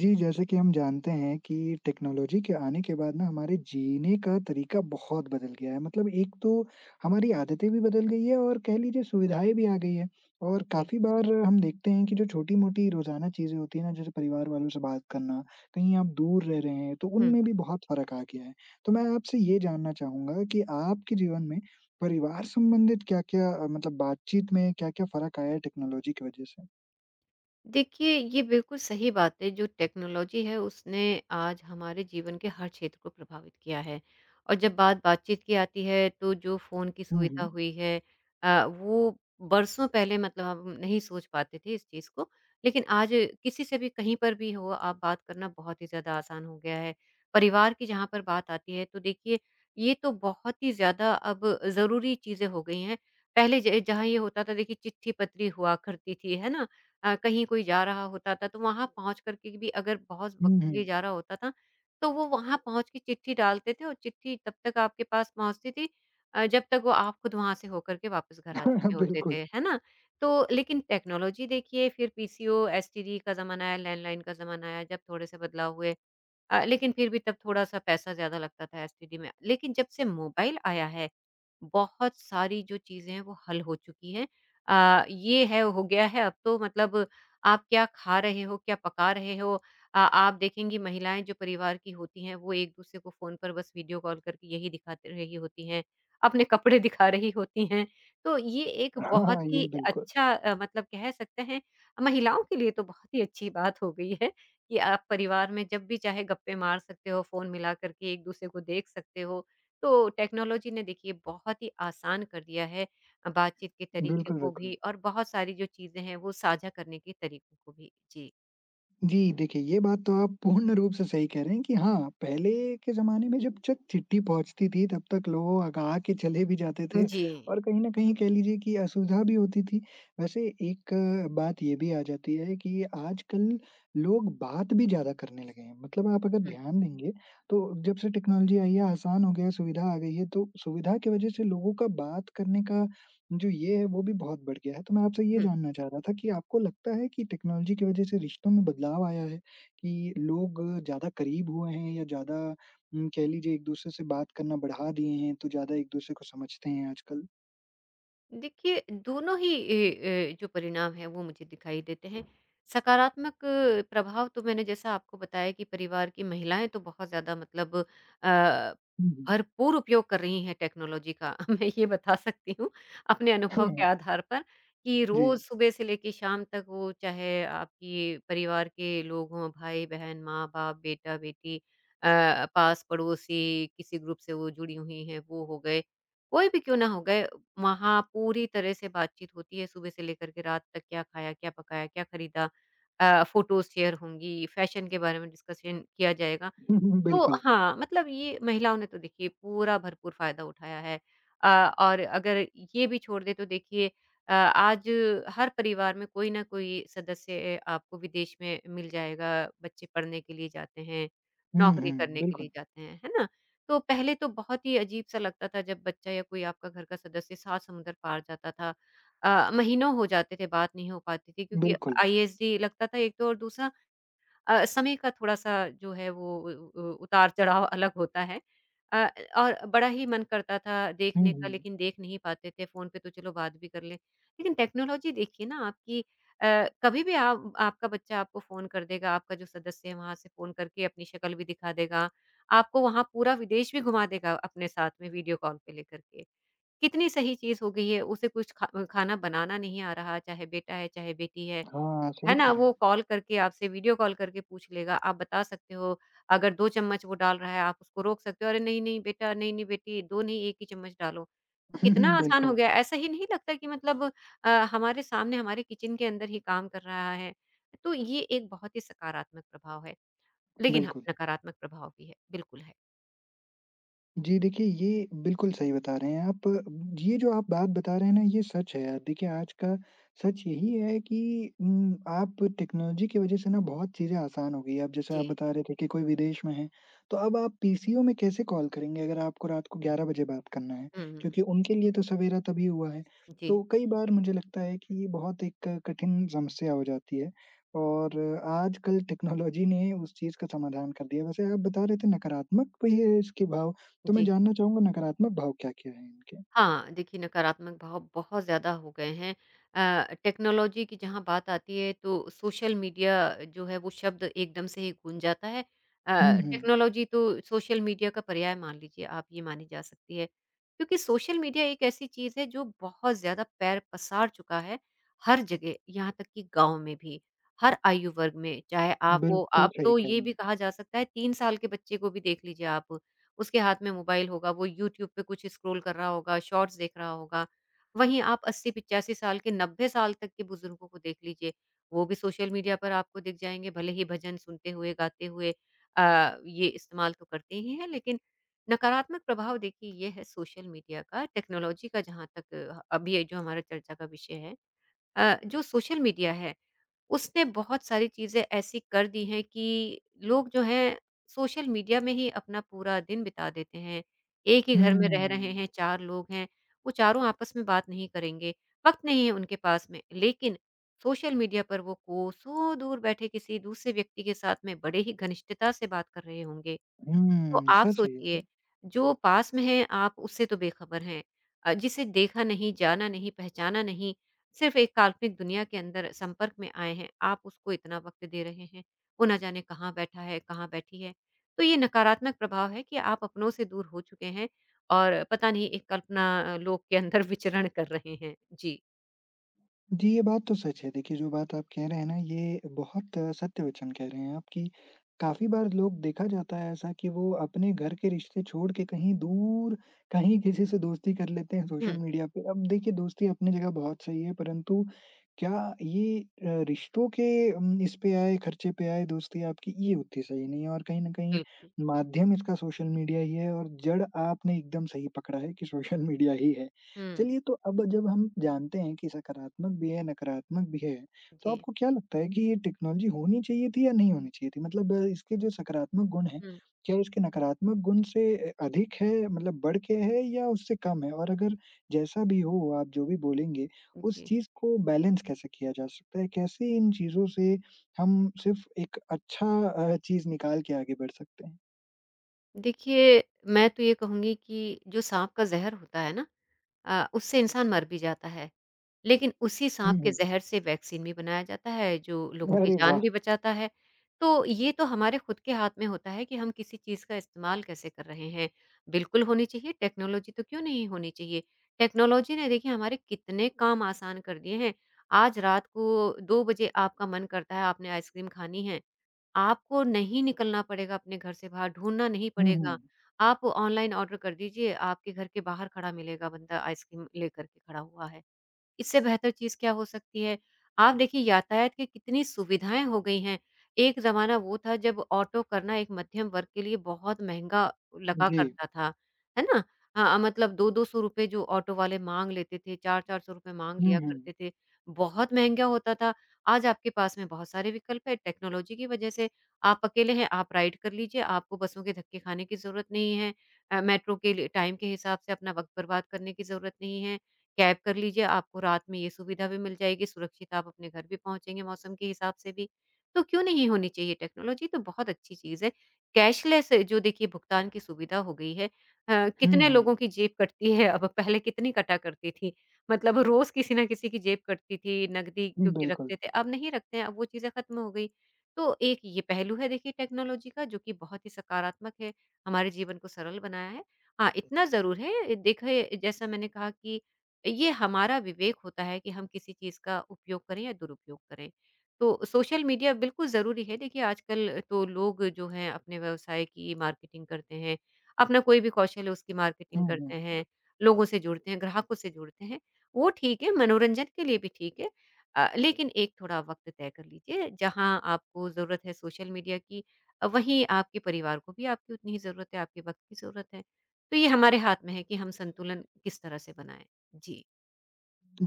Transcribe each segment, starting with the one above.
जी, जैसे कि हम जानते हैं कि टेक्नोलॉजी के आने के बाद ना हमारे जीने का तरीका बहुत बदल गया है। मतलब एक तो हमारी आदतें भी बदल गई है और कह लीजिए सुविधाएँ भी आ गई है। और जी। काफ़ी बार हम देखते हैं कि जो छोटी-मोटी रोज़ाना चीज़ें होती हैं ना, जैसे परिवार वालों से बात करना, कहीं आप दूर रह रहे हैं, तो हुँ। उनमें भी बहुत फ़र्क आ गया है। तो मैं आपसे ये जानना चाहूँगा कि आपके जीवन में परिवार संबंधित क्या-क्या मतलब बातचीत में क्या-क्या फ़र्क आया है टेक्नोलॉजी की वजह से? देखिए, ये बिल्कुल सही बात है, जो टेक्नोलॉजी है उसने आज हमारे जीवन के हर क्षेत्र को प्रभावित किया है और जब बात बातचीत की आती है तो जो फ़ोन की हुँ, सुविधा हुँ। हुई है वो बरसों पहले मतलब हम नहीं सोच पाते थे इस चीज़ को, लेकिन आज किसी से भी कहीं पर भी हो आप बात करना बहुत ही ज़्यादा आसान हो गया है। परिवार की जहाँ पर बात आती है तो देखिए ये तो बहुत ही ज़्यादा अब ज़रूरी चीज़ें हो गई हैं। पहले ज जहाँ ये होता था देखिए चिट्ठी-पत्री हुआ करती थी, है ना? कहीं कोई जा रहा होता था, तो वहाँ पहुँच कर के भी अगर बहुत वक़्त हुँ, के हुँ। लिए जा रहा होता था, तो वो वहाँ पहुँच के चिट्ठी डालते थे और चिट्ठी तब तक आपके पास पहुँचती थी जब तक वो आप खुद वहाँ से होकर के वापस घर आ चुके होते बिल्कुल। थे, है ना? तो लेकिन टेक्नोलॉजी देखिए फिर पीसीओ, एसटीडी का ज़माना आया, लैंडलाइन का ज़माना आया, जब थोड़े से बदलाव हुए लेकिन फिर भी तब थोड़ा-सा पैसा ज़्यादा लगता था एसटीडी में। लेकिन जब से मोबाइल आया है बहुत सारी जो चीज़ें हैं, वो हल हो चुकी हैं। ये है हो गया है, अब तो मतलब आप क्या खा रहे हो, क्या पका रहे हो आप देखेंगी महिलाएँ जो परिवार की होती हैं, वो एक-दूसरे को फ़ोन पर बस वीडियो कॉल करके यही दिखाते रही होती हैं, अपने कपड़े दिखा रही होती हैं। तो ये एक हाँ, बहुत हाँ, ही ये बिल्कुल, अच्छा मतलब कह सकते हैं महिलाओं के लिए तो बहुत ही अच्छी बात हो गई है कि आप परिवार में जब भी चाहे गप्पे मार सकते हो, फ़ोन मिला कर के एक-दूसरे को देख सकते हो। तो टेक्नोलॉजी ने देखिए बहुत ही आसान कर दिया है बातचीत के तरीके बिल्कुल, को बिल्कुल। भी और बहुत सारी जो चीज़ें हैं वो साझा करने के तरीकों को भी। जी। जी, देखिए ये बात तो आप पूर्ण रूप से सही कह रहे हैं कि हाँ, पहले के ज़माने में जब तक चिट्ठी पहुँचती थी तब तक लोग आगा के चले भी जाते थे जी। और कहीं न कहीं कह लीजिए कि असुविधा भी होती थी। वैसे एक बात ये भी आ जाती है कि आजकल लोग बात भी ज़्यादा करने लगे हैं। मतलब आप अगर ध्यान देंगे तो जब से टेक्नोलॉजी आई है, आसान हो गया है, सुविधा आ गई है, तो सुविधा की वज़ह से लोगों का बात करने का जो ये है वो भी बहुत बढ़ गया है। तो मैं आपसे ये हुँ। जानना चाह रहा था कि आपको लगता है कि टेक्नोलॉजी की वज़ह से रिश्तों में बदलाव आया है कि लोग ज़्यादा करीब हुए हैं या ज़्यादा कह लीजिए एक-दूसरे से बात करना बढ़ा दिए हैं, तो ज़्यादा एक-दूसरे को समझते हैं आजकल? देखिए, दोनों ही ए, ए, जो परिणाम हैं वो मुझे दिखाई देते हैं। सकारात्मक प्रभाव तो मैंने जैसा आपको बताया कि परिवार की महिलाएँ तो बहुत ज़्यादा मतलब अ, हुँ, हुँ। भरपूर उपयोग कर रही हैं टेक्नोलॉजी का। मैं ये बता सकती हूँ अपने अनुभव के हुँ, आधार पर कि जी। रोज़ सुबह से लेके शाम तक वो चाहे आपकी परिवार के लोग हों, भाई-बहन, माँ-बाप, बेटा-बेटी पास पड़ोसी, किसी ग्रुप से वो जुड़ी हुई हैं, वो हो गए, कोई भी क्यों ना हो गए वहाँ पूरी तरह से बातचीत होती है सुबह से लेकर के रात तक क्या खाया, क्या पकाया, क्या खरीदा। फ़ोटोज़ शेयर होंगी, फ़ैशन के बारे में डिस्कशन किया जाएगा। हुँ, हुँ, तो बिल्कुल। हाँ, मतलब ये महिलाओं ने तो देखिए पूरा भरपूर फ़ायदा उठाया है। अ, और अगर ये भी छोड़ दें तो देखिए आज हर परिवार में कोई न कोई सदस्य आपको विदेश में मिल जाएगा, बच्चे पढ़ने के लिए जाते हैं, हुँ, नौकरी हुँ, करने के लिए बिल्कुल, जाते हैं, है ना? तो पहले तो बहुत ही अजीब-सा लगता था जब बच्चा या कोई आपका घर का सदस्य सात समुंदर पार जाता था। महीनों हो जाते थे, बात नहीं हो पाती थी क्योंकि बिल्कुल। आईएसडी लगता था एक तो और दूसरा समय का थोड़ा-सा जो है वो उ उ उतार-चढ़ाव अलग होता है। अ, और बड़ा ही मन करता था हुँ, देखने का हुँ। लेकिन देख नहीं पाते थे, फ़ोन पे तो चलो बात भी कर लें। लेकिन टेक्नोलॉज़ी देखिए ना आपकी कभी भी आप आपका बच्चा आपको फ़ोन कर देगा, आपका जो सदस्य है वहाँ से फ़ोन करके अपनी शक्ल भी दिखा देगा, आपको वहाँ पूरा विदेश भी घुमा देगा अपने साथ में वीडियो कॉल पे लेकर के। कितनी सही चीज़ हो गई है, उसे कुछ खा खाना बनाना नहीं आ रहा, चाहे बेटा है, चाहे बेटी है। हाँ, है सही ना? कह रहे वो हैं। कॉल करके आपसे वीडियो कॉल करके पूछ लेगा, आप बता सकते हो। अगर 2 चम्मच वो डाल रहा है, आप उसको रोक सकते हो, "अरे! नहीं-नहीं बेटा, नहीं-नहीं बेटी, 2 नहीं 1 ही चम्मच डालो।" तो हुँ, कितना हुँ, आसान हो बिल्कुल, गया है। ऐसा ही नहीं लगता कि मतलब हमारे सामने हमारे किचन के अंदर ही काम कर रहा है। तो ये एक बहुत ही सकारात्मक प्रभाव है। लेकिन हाँ, बिल्कुल। नकारात्मक प्रभाव भी है, बिल्कुल है। जी, देखिए ये बिल्कुल सही बता रहे हैं आप। ये जो आप बात बता रहे हैं ना ये सच है यार। देखिए आज का सच यही है कि आप टेक्नोलॉजी की वज़ह से ना बहुत चीज़ें आसान हो गई हैं। अब जैसे आप जी। बता रहे थे कि कोई विदेश में है, तो अब आप पीसीओ में कैसे कॉल करेंगे अगर आपको रात को 11 बजे बात करना है? हुँ, हुँ। क्योंकि उनके लिए तो सवेरा तभी हुआ है। जी, तो कई बार मुझे लगता है कि ये बहुत एक कठिन समस्या हो जाती है और आजकल टेक्नोलॉजी ने उस चीज़ का समाधान कर दिया। वैसे आप बता रहे थे नकारात्मक भी है इसके भाव। तो मैं जी। जानना चाहूँगा नकारात्मक भाव क्या-क्या हैं इनके? हाँ, देखिए नकारात्मक भाव बहुत ज़्यादा हो गए हैं। टेक्नोलॉजी की जहाँ बात आती है तो सोशल मीडिया जो है वो शब्द एकदम से ही गूँज जाता है। हुँ, हुँ। टेक्नोलॉजी तो सोशल मीडिया का पर्याय मान लीजिए आप, ये मानी जा सकती है। क्योंकि सोशल मीडिया एक ऐसी चीज़ है जो बहुत ज़्यादा पैर पसार चुका है, हर जगह, यहाँ तक कि गाँव में भी, हर आयु वर्ग में। चाहे आप वो बिल्कुल अब सही तो कह ये रहे भी हैं। कहा जा सकता है 3 साल के बच्चे को भी देख लीजिए आप। उसके हाथ में मोबाइल होगा, वो यूट्यूब पे कुछ स्क्रॉल कर रहा होगा, शॉर्ट्स देख रहा होगा। वहीं आप 80-85 साल के, 90 साल तक के बुजुर्गों को देख लीजिए, वो भी सोशल मीडिया पर आपको दिख जाएँगे, भले ही भजन सुनते हुए, गाते हुए ये इस्तेमाल तो करते ही हैं, लेकिन नकारात्मक प्रभाव देखिए ये है सोशल मीडिया का, टेक्नोलॉजी का जहाँ तक अभी ये जो हमारा चर्चा का विषय है। जो सोशल मीडिया है उसने बहुत सारी चीज़ें ऐसी कर दी हैं कि लोग जो हैं सोशल मीडिया में ही अपना पूरा दिन बिता देते हैं। एक ही घर हुँ, में रह रहे हैं, 4 लोग हैं, वो चारों आपस में बात नहीं करेंगे, वक़्त नहीं है उनके पास में। लेकिन सोशल मीडिया पर वो कोसों दूर बैठे किसी दूसरे व्यक्ति के साथ में बड़े ही घनिष्ठता से बात कर रहे होंगे। तो हुँ, आप सच है ये सोचिए, तो। जो पास में है आप उससे तो बेखबर हैं। जिसे देखा नहीं, जाना नहीं, पहचाना नहीं, सिर्फ़ एक काल्पनिक दुनिया के अंदर संपर्क में आए हैं, आप उसको इतना वक़्त दे रहे हैं। वो ना जाने कहाँ बैठा है, कहाँ बैठी है। तो ये नकारात्मक प्रभाव है कि आप अपनों से दूर हो चुके हैं और पता नहीं एक कल्पना लोक के अंदर विचरण कर रहे हैं। जी। जी, ये बात तो सच है। देखिए, जो बात आप कह रहे हैं ना, ये बहुत सत्य वचन कह रहे हैं आप कि काफ़ी बार लोग देखा जाता है ऐसा कि वो अपने घर के रिश्ते छोड़ के कहीं दूर, कहीं किसी से दोस्ती कर लेते हैं सोशल हुँ, मीडिया पे। अब देखिए, दोस्ती अपनी जगह बहुत सही है, परंतु क्या ये रिश्तों के इस पे आए, खर्चे पे आए दोस्ती आपकी, ये उतनी सही नहीं है और कहीं न कहीं बिल्कुल। माध्यम इसका सोशल मीडिया ही है और जड़ आपने एकदम सही पकड़ा है कि सोशल मीडिया ही है। हुँ, चलिए तो अब जब हम जानते हैं कि सकारात्मक भी है, नकारात्मक भी है, तो जी। आपको क्या लगता है कि ये टेक्नोलॉजी होनी चाहिए थी या नहीं होनी चाहिए थी? मतलब इसके जो सकारात्मक गुण हैं, हुँ, क्या इसके नकारात्मक गुण से अधिक है मतलब बढ़ के है या उससे कम है? और अगर जैसा भी हो आप जो भी बोलेंगे, उस जी। चीज़ को बैलेंस कैसे किया जा सकता है? कैसे इन चीज़ों से हम सिर्फ़ एक अच्छा चीज़ निकाल के आगे बढ़ सकते हैं? देखिए, मैं तो ये कहूँगी कि जो साँप का ज़हर होता है ना उससे इंसान मर भी जाता है। लेकिन उसी हुँ, साँप के हुँ। ज़हर से वैक्सीन भी बनाया जाता है जो लोगों की अरे जान वाह! भी बचाता है। तो ये तो हमारे खुद के हाथ में होता है कि हम किसी चीज़ का इस्तेमाल कैसे कर रहे हैं। बिल्कुल होनी चाहिए, टेक्नोलॉजी तो क्यों नहीं होनी चाहिए। टेक्नोलॉजी ने देखिए हमारे कितने काम आसान कर दिए हैं। आज रात को 2 बजे आपका मन करता है आपने आइसक्रीम खानी है, आपको नहीं निकलना पड़ेगा अपने घर से बाहर, ढूँढना नहीं हुँ, पड़ेगा। हुँ। आप ऑनलाइन ऑर्डर कर दीजिए, आपके घर के बाहर खड़ा मिलेगा बंदा आइसक्रीम लेकर के खड़ा हुआ है। इससे बेहतर चीज़ क्या हो सकती है? आप देखिए यातायात की कितनी सुविधाएँ हो गई हैं। एक ज़माना वो था जब ऑटो करना एक मध्यम वर्ग के लिए बहुत महँगा लगा जी। करता था, है ना? हाँ, मतलब 2-200 रुपए जो ऑटो वाले माँग लेते थे, 4-400 रुपए माँग हुँ, लिया हुँ। करते थे, बहुत महँगा होता था। आज आपके पास में बहुत सारे विकल्प हैं, टेक्नोलॉजी की वजह से आप अकेले हैं, आप राइड कर लीजिए, आपको बसों के धक्के खाने की ज़रूरत नहीं है। मेट्रो के लिए टाइम के हिसाब से अपना वक़्त बर्बाद करने की ज़रूरत नहीं है। कैब कर लीजिए, आपको रात में ये सुविधा भी मिल जाएगी, सुरक्षित आप अपने घर भी पहुँचेंगे मौसम के हिसाब से भी। तो क्यों नहीं होनी चाहिए टेक्नोलॉजी तो बहुत अच्छी चीज़ है। कैशलेस जो देखिए भुगतान की सुविधा हो गई है हुँ, कितने हुँ। लोगों की जेब कटती है अब, पहले कितनी कटा करती थी। मतलब रोज़ किसी ना किसी की जेब कटती थी, नकदी हुँ, क्योंकि बिल्कुल। रखते थे, अब नहीं रखते हैं, अब वो चीज़ें खत्म हो गई। तो एक ये पहलू है देखिए टेक्नोलॉजी का जो कि बहुत ही सकारात्मक है, हमारे जीवन को सरल बनाया है। हाँ, इतना ज़रूर है देखिए जैसा मैंने कहा कि ये हमारा विवेक होता है कि हम किसी चीज़ का उपयोग करें या दुरुपयोग करें। तो सोशल मीडिया बिल्कुल ज़रूरी है। देखिए आजकल तो लोग जो हैं अपने व्यवसाय की मार्केटिंग करते हैं, अपना कोई भी कौशल है उसकी मार्केटिंग हुँ, करते हुँ। हैं, लोगों से जुड़ते हैं, ग्राहकों से जुड़ते हैं। वो ठीक है, मनोरंजन के लिए भी ठीक है। लेकिन एक थोड़ा वक़्त तय कर लीजिए जहाँ आपको ज़रूरत है सोशल मीडिया की, वहीं आपके परिवार को भी आपकी उतनी ही ज़रूरत है, आपके वक़्त की ज़रूरत है। तो ये हमारे हाथ में है कि हम संतुलन किस तरह से बनाएँ। जी,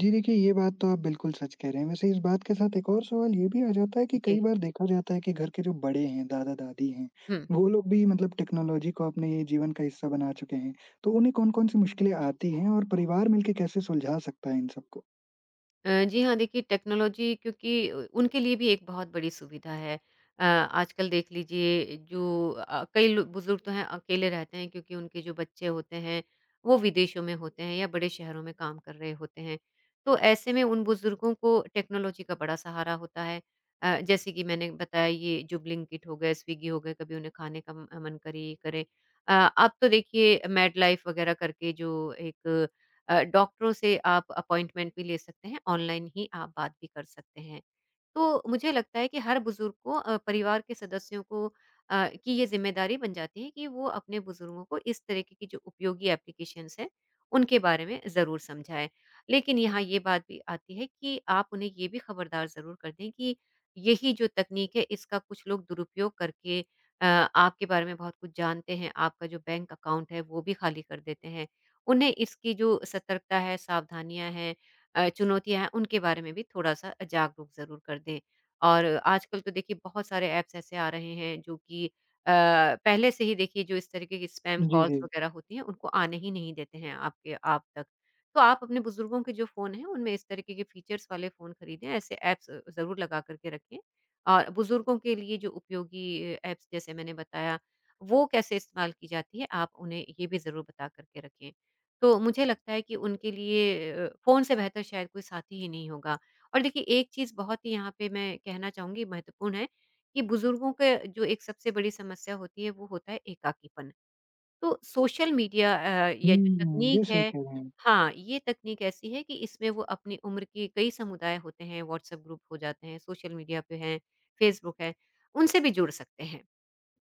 जी, देखिए ये बात तो आप बिल्कुल सच कह रहे हैं। वैसे इस बात के साथ एक और सवाल ये भी आ जाता है कि जी। कई बार देखा जाता है कि घर के जो बड़े हैं, दादा-दादी हैं, हुँ। वो लोग भी मतलब टेक्नोलॉजी को अपने जीवन का हिस्सा बना चुके हैं। तो उन्हें कौन-कौन सी मुश्किलें आती हैं और परिवार मिलके कैसे सुलझा सकता है इन सबको? जी हाँ, देखिए टेक्नोलॉज़ी क्योंकि उ उनके लिए भी एक बहुत बड़ी सुविधा है। आजकल देख लीजिए जो कई लो बुज़ुर्ग तो हैं अकेले रहते हैं क्योंकि उनके जो बच्चे होते हैं, वो विदेशों में होते हैं या बड़े शहरों में काम कर रहे होते हैं। तो ऐसे में उन बुज़ुर्गों को टेक्नोलॉज़ी का बड़ा सहारा होता है। जैसे कि मैंने बताया ये जो ब्लिंकिट हो गए, स्विगी हो गए, कभी उन्हें खाने का म मन करे, ये करे। अ, अब तो देखिए मैड लाइफ़ वग़ैरह करके जो एक डॉक्टरों से आप अपॉइंटमेंट भी ले सकते हैं, ऑनलाइन ही आप बात भी कर सकते हैं। तो मुझे लगता है कि हर बुज़ुर्ग को परिवार के सदस्यों को की ये ज़िम्मेदारी बन जाती है कि वो अपने बुज़ुर्गों को इस तरीके की जो उपयोगी एप्लीकेशंस हैं, उनके बारे में ज़रूर समझाएँ। लेकिन यहाँ ये बात भी आती है कि आप उन्हें ये भी खबरदार ज़रूर कर दें कि यही जो तकनीक है, इसका कुछ लोग दुरुपयोग करके आपके बारे में बहुत कुछ जानते हैं, आपका जो बैंक अकाउंट है, वो भी खाली कर देते हैं। उन्हें इसकी जो सतर्कता है, सावधानियाँ हैं चुनौतियाँ हैं, उनके बारे में भी थोड़ा-सा जागरूक ज़रूर कर दें। और आजकल तो देखिए बहुत सारे ऐप्स ऐसे आ रहे हैं जो कि अ, पहले से ही देखिए जो इस तरीके की स्पैम जी, कॉल्स जी। वगैरह होती हैं, उनको आने ही नहीं देते हैं आपके आप तक। तो आप अपने बुज़ुर्गों के जो फ़ोन हैं, उनमें इस तरीके के फ़ीचर्स वाले फ़ोन खरीदें, ऐसे ऐप्स ज़रूर लगा कर के रखें। और बुज़ुर्गों के लिए जो उपयोगी ऐप्स जैसे मैंने बताया, वो कैसे इस्तेमाल की जाती है, आप उन्हें ये भी ज़रूर बता कर के रखें। तो मुझे लगता है कि उनके लिए फ़ोन से बेहतर शायद कोई साथी ही नहीं होगा। और देखिए एक चीज़ बहुत ही यहाँ पे मैं कहना चाहूँगी महत्वपूर्ण है, कि बुज़ुर्गों के जो एक सबसे बड़ी समस्या होती है वो होता है एकाकीपन। तो सोशल मीडिया या जो हुँ, ये तकनीक सही है, कह रहे हैं। हाँ, ये तकनीक ऐसी है कि इसमें वो अपनी उम्र के कई समुदाय होते हैं, व्हाट्सएप ग्रुप हो जाते हैं, सोशल मीडिया पे हैं, फेसबुक है, उनसे भी जुड़ सकते हैं।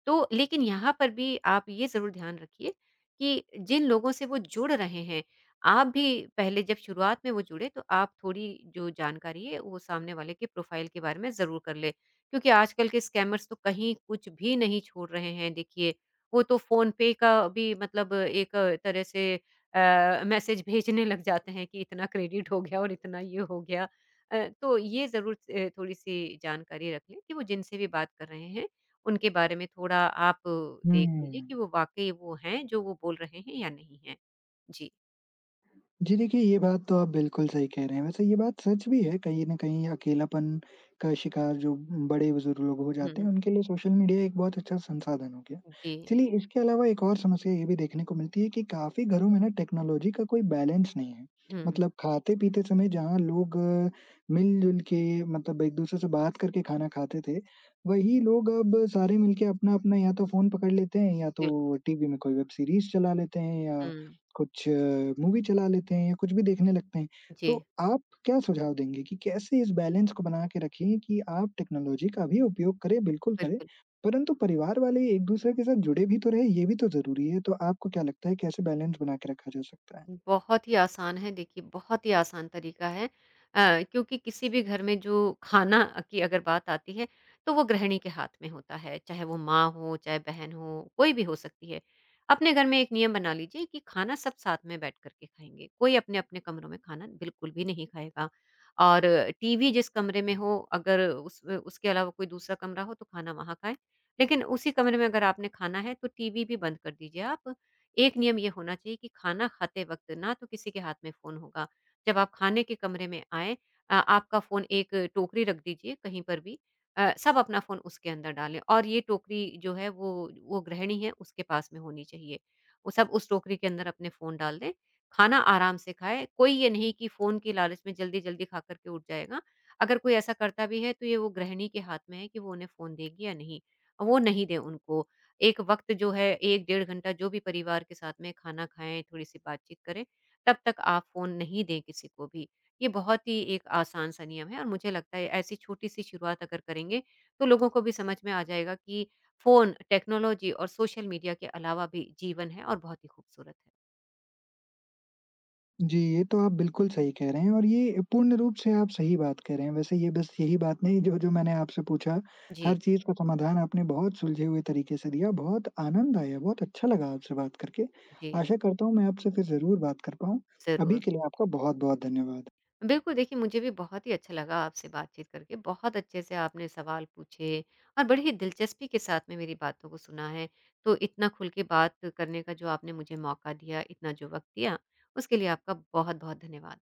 तो लेकिन यहाँ पर भी आप ये ज़रूर ध्यान रखिए कि जिन लोगों से वो जुड़ रहे हैं, आप भी पहले जब शुरुआत में वो जुड़े तो आप थोड़ी जो जानकारी है वो सामने वाले के प्रोफ़ाइल के बारे में ज़रूर कर लें। क्योंकि आजकल के स्कैमर्स तो कहीं कुछ भी नहीं छोड़ रहे हैं देखिए, वो तो फ़ोन पे का भी मतलब एक तरह से मैसेज भेजने लग जाते हैं कि इतना क्रेडिट हो गया और इतना ये हो गया। तो ये ज़रूर थोड़ी-सी जानकारी रख लें कि वो जिनसे भी बात कर रहे हैं उनके बारे में थोड़ा आप देख लीजिए हुँ। कि वो वाक़ई वो हैं जो वो बोल रहे हैं या नहीं हैं। जी। जी देखिए, ये बात तो आप बिल्कुल सही कह रहे हैं। वैसे ये बात सच भी है कहीं न कहीं अकेलापन का शिकार जो बड़े-बुज़ुर्ग लोग हो जाते हुँ, हैं, उनके लिए सोशल मीडिया एक बहुत अच्छा संसाधन हो गया। जी, चलिए इसके अलावा एक और समस्या ये भी देखने को मिलती है कि काफ़ी घरों में ना टेक्नोलॉजी का कोई बैलेंस नहीं है। हुँ, मतलब खाते-पीते समय जहाँ लोग मिल-जुल के मतलब एक-दूसरे से बात करके खाना खाते थे, वही लोग अब सारे मिलके अपना-अपना या तो फ़ोन पकड़ लेते हैं या बिल्कुल। तो टीवी में कोई वेब सीरीज़ चला लेते हैं या हुँ, कुछ मूवी चला लेते हैं या कुछ भी देखने लगते हैं। जी। तो आप क्या सुझाव देंगे कि कैसे इस बैलेंस को बना के रखें कि आप टेक्नोलॉजी का भी उपयोग करें, बिल्कुल करें, बिल्कुल। परंतु परिवार वाले एक-दूसरे के साथ जुड़े भी तो रहें, ये भी तो ज़रूरी है। तो आपको क्या लगता है कैसे बैलेंस बना के रखा जा सकता है? बहुत ही आसान है देखिए, बहुत ही आसान तरीका है। क्योंकि किसी भी घर में जो खाना की अगर बात आती है, तो वो गृहिणी के हाथ में होता है, चाहे वो माँ हो, चाहे बहन हो, कोई भी हो सकती है। अपने घर में एक नियम बना लीजिए कि खाना सब साथ में बैठ कर के खाएँगे, कोई अपने-अपने कमरों में खाना बिल्कुल भी नहीं खाएगा और टीवी जिस कमरे में हो अगर उस उसके अलावा कोई दूसरा कमरा हो तो खाना वहाँ खाएँ। लेकिन उसी कमरे में अगर आपने खाना है तो टीवी भी बंद कर दीजिए आप। एक नियम ये होना चाहिए कि खाना खाते वक़्त ना तो किसी के हाथ में फ़ोन होगा। जब आप खाने के कमरे में आएँ आपका फ़ोन एक टोकरी रख दीजिए कहीं पर भी। सब अपना फ़ोन उसके अंदर डालें और ये टोकरी जो है वो गृहिणी है उसके पास में होनी चाहिए। वो सब उस टोकरी के अंदर अपने फ़ोन डाल दें, खाना आराम से खाएँ, कोई ये नहीं कि फ़ोन की लालच में जल्दी-जल्दी खा कर के उठ जाएगा। अगर कोई ऐसा करता भी है तो ये वो गृहिणी के हाथ में है कि वो उन्हें फ़ोन देगी या नहीं, वो नहीं दें उनको। एक वक़्त जो है 1 डेढ़ घंटा जो भी परिवार के साथ में खाना खाएँ, थोड़ी-सी बातचीत करें, तब तक आप फ़ोन नहीं दें किसी को भी। ये बहुत ही एक आसान-सा नियम है और मुझे लगता है ऐसी छोटी-सी शुरुआत अगर करेंगे, तो लोगों को भी समझ में आ जाएगा कि फ़ोन, टेक्नोलॉजी और सोशल मीडिया के अलावा भी जीवन है और बहुत ही खूबसूरत है। जी, ये तो आप बिल्कुल सही कह रहे हैं और ये पूर्ण रूप से आप सही बात कह रहे हैं। वैसे ये बस यही बात नहीं जो-जो मैंने आपसे पूछा, हर जी, चीज़ का समाधान आपने बहुत सुलझे हुए तरीके से दिया। बहुत आनंद आया, बहुत अच्छा लगा आपसे बात करके। जी, आशा करता हूँ मैं आपसे फिर ज़रूर बात कर पाऊँ। अभी ज़रूर। के लिए आपका बहुत-बहुत धन्यवाद। बिल्कुल, देखिए मुझे भी बहुत ही अच्छा लगा आपसे बातचीत करके। बहुत अच्छे से आपने सवाल पूछे और बड़ी ही दिलचस्पी के साथ में मेरी बातों को सुना है। तो इतना खुल के बात करने का जो आपने मुझे मौका दिया, इतना जो वक़्त दिया, उसके लिए आपका बहुत-बहुत धन्यवाद।